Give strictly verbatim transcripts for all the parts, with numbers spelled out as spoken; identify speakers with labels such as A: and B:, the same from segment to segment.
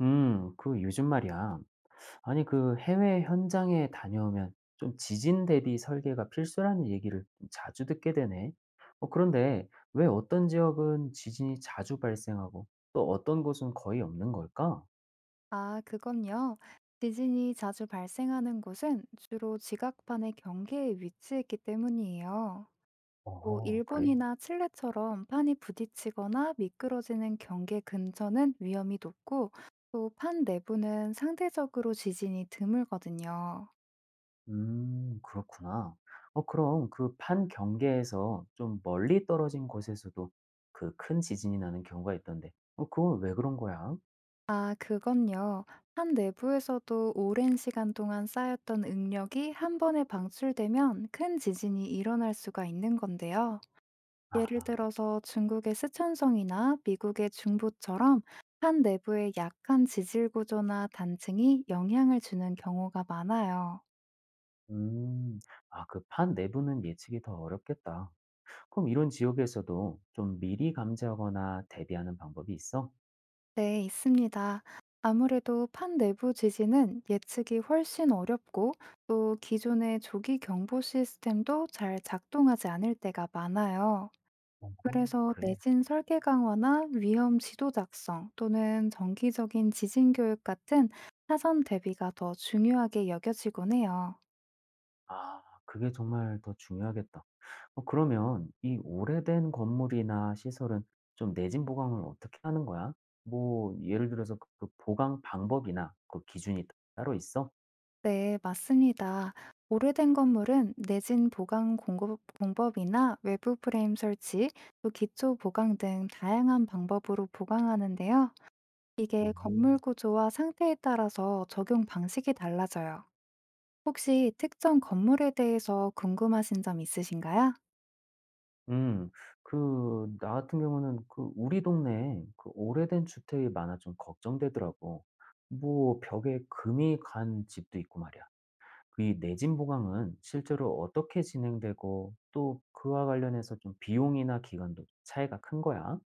A: 음, 그 요즘 말이야. 아니, 그 해외 현장에 다녀오면 좀 지진 대비 설계가 필수라는 얘기를 좀 자주 듣게 되네. 어, 그런데 왜 어떤 지역은 지진이 자주 발생하고 또 어떤 곳은 거의 없는 걸까?
B: 아, 그건요. 지진이 자주 발생하는 곳은 주로 지각판의 경계에 위치했기 때문이에요. 뭐,
A: 어, 그래.
B: 일본이나 칠레처럼 판이 부딪히거나 미끄러지는 경계 근처는 위험이 높고, 또 판 내부는 상대적으로 지진이 드물거든요.
A: 음, 그렇구나. 어, 그럼 그 판 경계에서 좀 멀리 떨어진 곳에서도 그 큰 지진이 나는 경우가 있던데. 어, 그건 왜 그런 거야?
B: 아, 그건요. 판 내부에서도 오랜 시간 동안 쌓였던 응력이 한 번에 방출되면 큰 지진이 일어날 수가 있는 건데요. 예를
A: 아.
B: 들어서 중국의 스촨성이나 미국의 중부처럼 한 내부의 약한 지질 구조나 단층이 영향을 주는 경우가 많아요.
A: 음. 아, 그 판 내부는 예측이 더 어렵겠다. 그럼 이런 지역에서도 좀 미리 감지하거나 대비하는 방법이 있어?
B: 네, 있습니다. 아무래도 판 내부 지진은 예측이 훨씬 어렵고 또 기존의 조기 경보 시스템도 잘 작동하지 않을 때가 많아요.
A: 어,
B: 그래서
A: 그래.
B: 내진 설계 강화나 위험 지도 작성 또는 정기적인 지진 교육 같은 사전 대비가 더 중요하게 여겨지곤 해요.
A: 아, 그게 정말 더 중요하겠다. 어, 그러면 이 오래된 건물이나 시설은 좀 내진 보강을 어떻게 하는 거야? 뭐, 예를 들어서 그그 보강 방법이나 그 기준이 따로 있어?
B: 네, 맞습니다. 오래된 건물은 내진 보강 공급- 공법이나 외부 프레임 설치, 또 기초 보강 등 다양한 방법으로 보강하는데요. 이게 건물
A: 음.
B: 구조와 상태에 따라서 적용 방식이 달라져요. 혹시 특정 건물에 대해서 궁금하신 점 있으신가요?
A: 음. 그 나 같은 경우는 그 우리 동네에 그 오래된 주택이 많아 좀 걱정되더라고. 뭐 벽에 금이 간 집도 있고 말이야. 그 이 내진 보강은 실제로 어떻게 진행되고 또 그와 관련해서 좀 비용이나 기간도 차이가 큰 거야?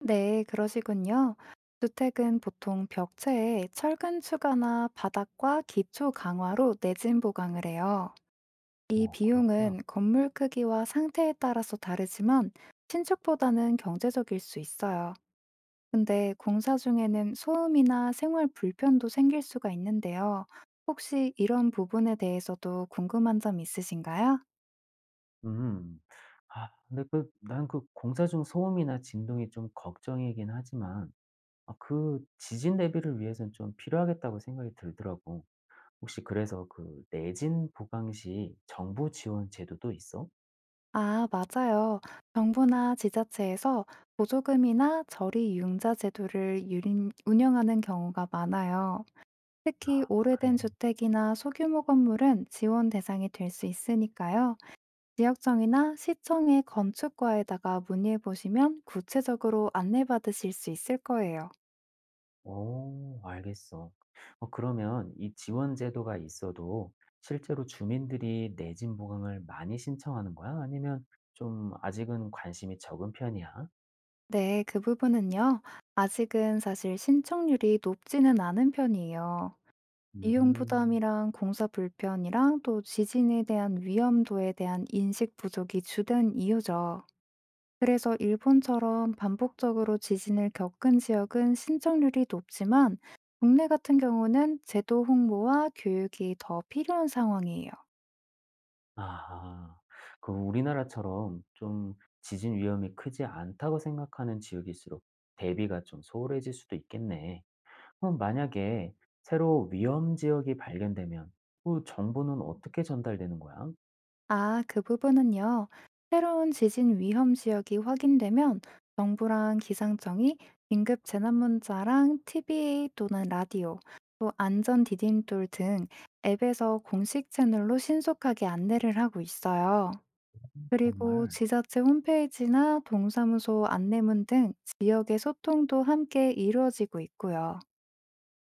B: 네, 그러시군요. 주택은 보통 벽체에 철근 추가나 바닥과 기초 강화로 내진 보강을 해요. 이
A: 어, 그렇구나.
B: 비용은 건물 크기와 상태에 따라서 다르지만 신축보다는 경제적일 수 있어요. 근데 공사 중에는 소음이나 생활 불편도 생길 수가 있는데요. 혹시 이런 부분에 대해서도 궁금한 점 있으신가요?
A: 음. 아, 근데 그 난 그 공사 중 소음이나 진동이 좀 걱정이긴 하지만 아, 그 지진 대비를 위해서는 좀 필요하겠다고 생각이 들더라고. 혹시 그래서 그 내진 보강 시 정부 지원 제도도 있어?
B: 아, 맞아요. 정부나 지자체에서 보조금이나 저리 융자 제도를 유린- 운영하는 경우가 많아요. 특히
A: 그래.
B: 오래된 주택이나 소규모 건물은 지원 대상이 될 수 있으니까요. 지역청이나 시청의 건축과에다가 문의해 보시면 구체적으로 안내받으실 수 있을 거예요.
A: 오 알겠어. 어, 그러면 이 지원 제도가 있어도 실제로 주민들이 내진 보강을 많이 신청하는 거야? 아니면 좀 아직은 관심이 적은 편이야?
B: 네, 그 부분은요. 아직은 사실 신청률이 높지는 않은 편이에요. 비용
A: 음.
B: 부담이랑 공사 불편이랑 또 지진에 대한 위험도에 대한 인식 부족이 주된 이유죠. 그래서 일본처럼 반복적으로 지진을 겪은 지역은 신청률이 높지만 국내 같은 경우는 제도 홍보와 교육이 더 필요한 상황이에요.
A: 아, 그 우리나라처럼 좀 지진 위험이 크지 않다고 생각하는 지역일수록 대비가 좀 소홀해질 수도 있겠네. 그럼 만약에 새로 위험 지역이 발견되면 그 정보는 어떻게 전달되는 거야?
B: 아, 그 부분은요. 새로운 지진 위험 지역이 확인되면 정부랑 기상청이 긴급 재난문자랑 티비 또는 라디오, 또 안전 디딤돌 등 앱에서 공식 채널로 신속하게 안내를 하고 있어요. 그리고
A: 정말,
B: 지자체 홈페이지나 동사무소 안내문 등 지역의 소통도 함께 이루어지고 있고요.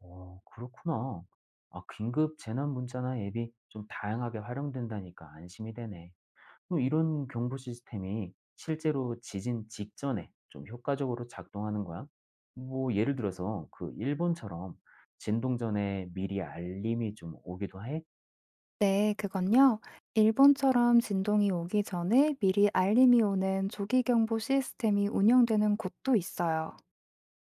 A: 어, 그렇구나. 아, 긴급 재난 문자나 앱이 좀 다양하게 활용된다니까 안심이 되네. 그럼 이런 경보 시스템이 실제로 지진 직전에 좀 효과적으로 작동하는 거야? 뭐, 예를 들어서 그 일본처럼 진동 전에 미리 알림이 좀 오기도 해?
B: 네, 그건요. 일본처럼 진동이 오기 전에 미리 알림이 오는 조기경보 시스템이 운영되는 곳도 있어요.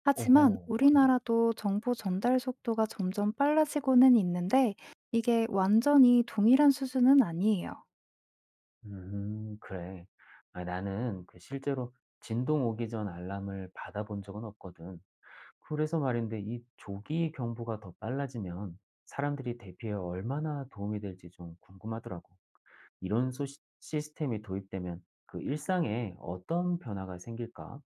B: 하지만
A: 오호, 그래.
B: 우리나라도 정보 전달 속도가 점점 빨라지고는 있는데 이게 완전히 동일한 수준은 아니에요.
A: 음 그래. 아 나는 그 실제로 진동 오기 전 알람을 받아본 적은 없거든. 그래서 말인데 이 조기 경보가 더 빨라지면 사람들이 대피에 얼마나 도움이 될지 좀 궁금하더라고. 이런 소 시, 스템이 도입되면 그 일상에 어떤 변화가 생길까?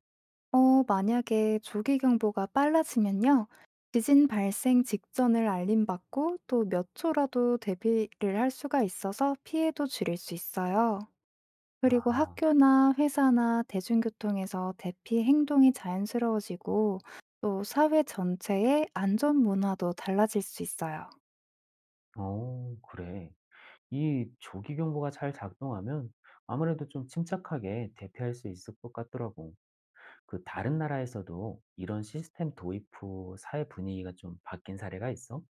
B: 어, 만약에 조기경보가 빨라지면요. 지진 발생 직전을 알림받고 또 몇 초라도 대비를 할 수가 있어서 피해도 줄일 수 있어요. 그리고
A: 아,
B: 학교나 회사나 대중교통에서 대피 행동이 자연스러워지고 또 사회 전체의 안전 문화도 달라질 수 있어요.
A: 어, 그래. 이 조기 경보가 잘 작동하면 아무래도 좀 침착하게 대피할 수 있을 것 같더라고. 그 다른 나라에서도 이런 시스템 도입 후 사회 분위기가 좀 바뀐 사례가 있어?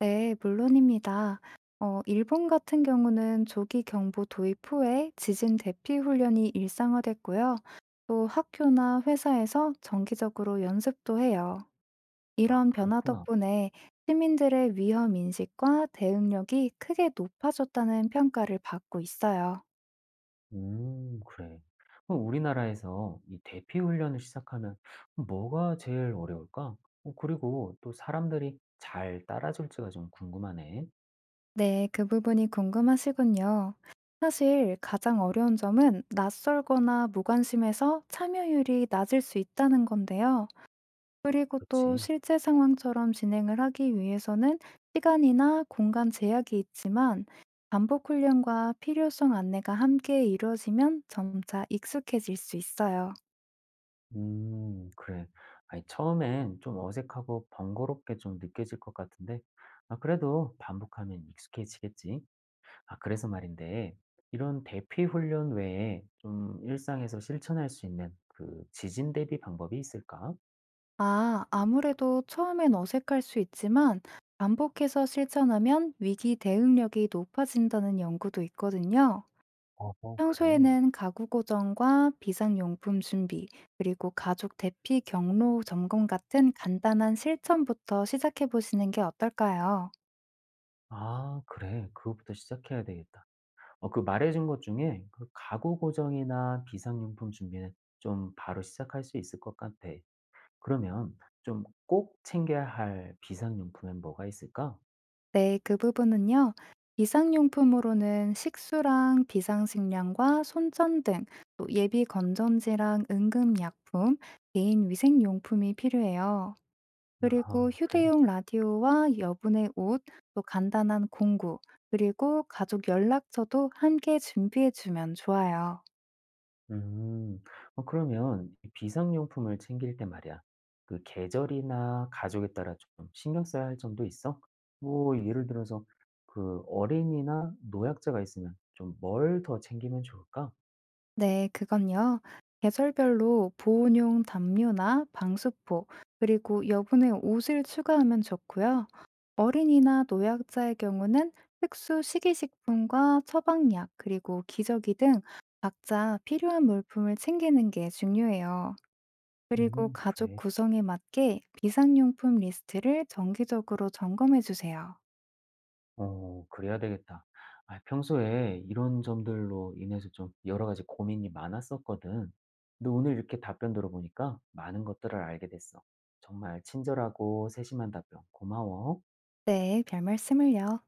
B: 네, 물론입니다. 어, 일본 같은 경우는 조기 경보 도입 후에 지진 대피 훈련이 일상화됐고요. 또 학교나 회사에서 정기적으로 연습도 해요.
A: 아,
B: 이런 변화
A: 그렇구나.
B: 덕분에 시민들의 위험 인식과 대응력이 크게 높아졌다는 평가를 받고 있어요.
A: 음, 그래. 그럼 우리나라에서 이 대피 훈련을 시작하면 뭐가 제일 어려울까? 어, 그리고 또 사람들이 잘 따라줄지가 좀 궁금하네.
B: 네, 그 부분이 궁금하시군요. 사실 가장 어려운 점은 낯설거나 무관심해서 참여율이 낮을 수 있다는 건데요. 그리고 또
A: 그렇지.
B: 실제 상황처럼 진행을 하기 위해서는 시간이나 공간 제약이 있지만 반복 훈련과 필요성 안내가 함께 이루어지면 점차 익숙해질 수 있어요.
A: 음, 그래. 아니, 처음엔 좀 어색하고 번거롭게 좀 느껴질 것 같은데, 아, 그래도 반복하면 익숙해지겠지. 아 그래서 말인데 이런 대피 훈련 외에 좀 일상에서 실천할 수 있는 그 지진 대비 방법이 있을까?
B: 아, 아무래도 처음엔 어색할 수 있지만 반복해서 실천하면 위기 대응력이 높아진다는 연구도 있거든요.
A: 어 어, 그래.
B: 평소에는 가구 고정과 비상용품 준비, 그리고 가족 대피 경로 점검 같은 간단한 실천부터 시작해 보시는 게 어떨까요?
A: 아 그래. 그거부터 시작해야 되겠다. 어 그 말해 준 것 중에 그 가구 고정이나 비상용품 준비는 좀 바로 시작할 수 있을 것 같아. 그러면 좀 꼭 챙겨야 할 비상용품엔 뭐가 있을까?
B: 네, 그 부분은요. 비상용품으로는 식수랑 비상식량과 손전등, 또 예비 건전지랑 응급약품, 개인 위생용품이 필요해요. 그리고
A: 아 그래.
B: 휴대용 라디오와 여분의 옷, 또 간단한 공구, 그리고 가족 연락처도 함께 준비해 주면 좋아요.
A: 음. 어 그러면 이 비상용품을 챙길 때 말이야. 그 계절이나 가족에 따라 좀 신경 써야 할 점도 있어? 뭐 예를 들어서 그 어린이나 노약자가 있으면 좀 뭘 더 챙기면 좋을까?
B: 네, 그건요. 계절별로 보온용 담요나 방수포, 그리고 여분의 옷을 추가하면 좋고요. 어린이나 노약자의 경우는 특수 식이식품과 처방약, 그리고 기저귀 등 각자 필요한 물품을 챙기는 게 중요해요. 그리고
A: 음,
B: 가족
A: 그래.
B: 구성에 맞게 비상용품 리스트를 정기적으로 점검해 주세요.
A: 어, 그래야 되겠다. 아, 평소에 이런 점들로 인해서 좀 여러 가지 고민이 많았었거든. 근데 오늘 이렇게 답변 들어보니까 많은 것들을 알게 됐어. 정말 친절하고 세심한 답변 고마워.
B: 네, 별 말씀을요.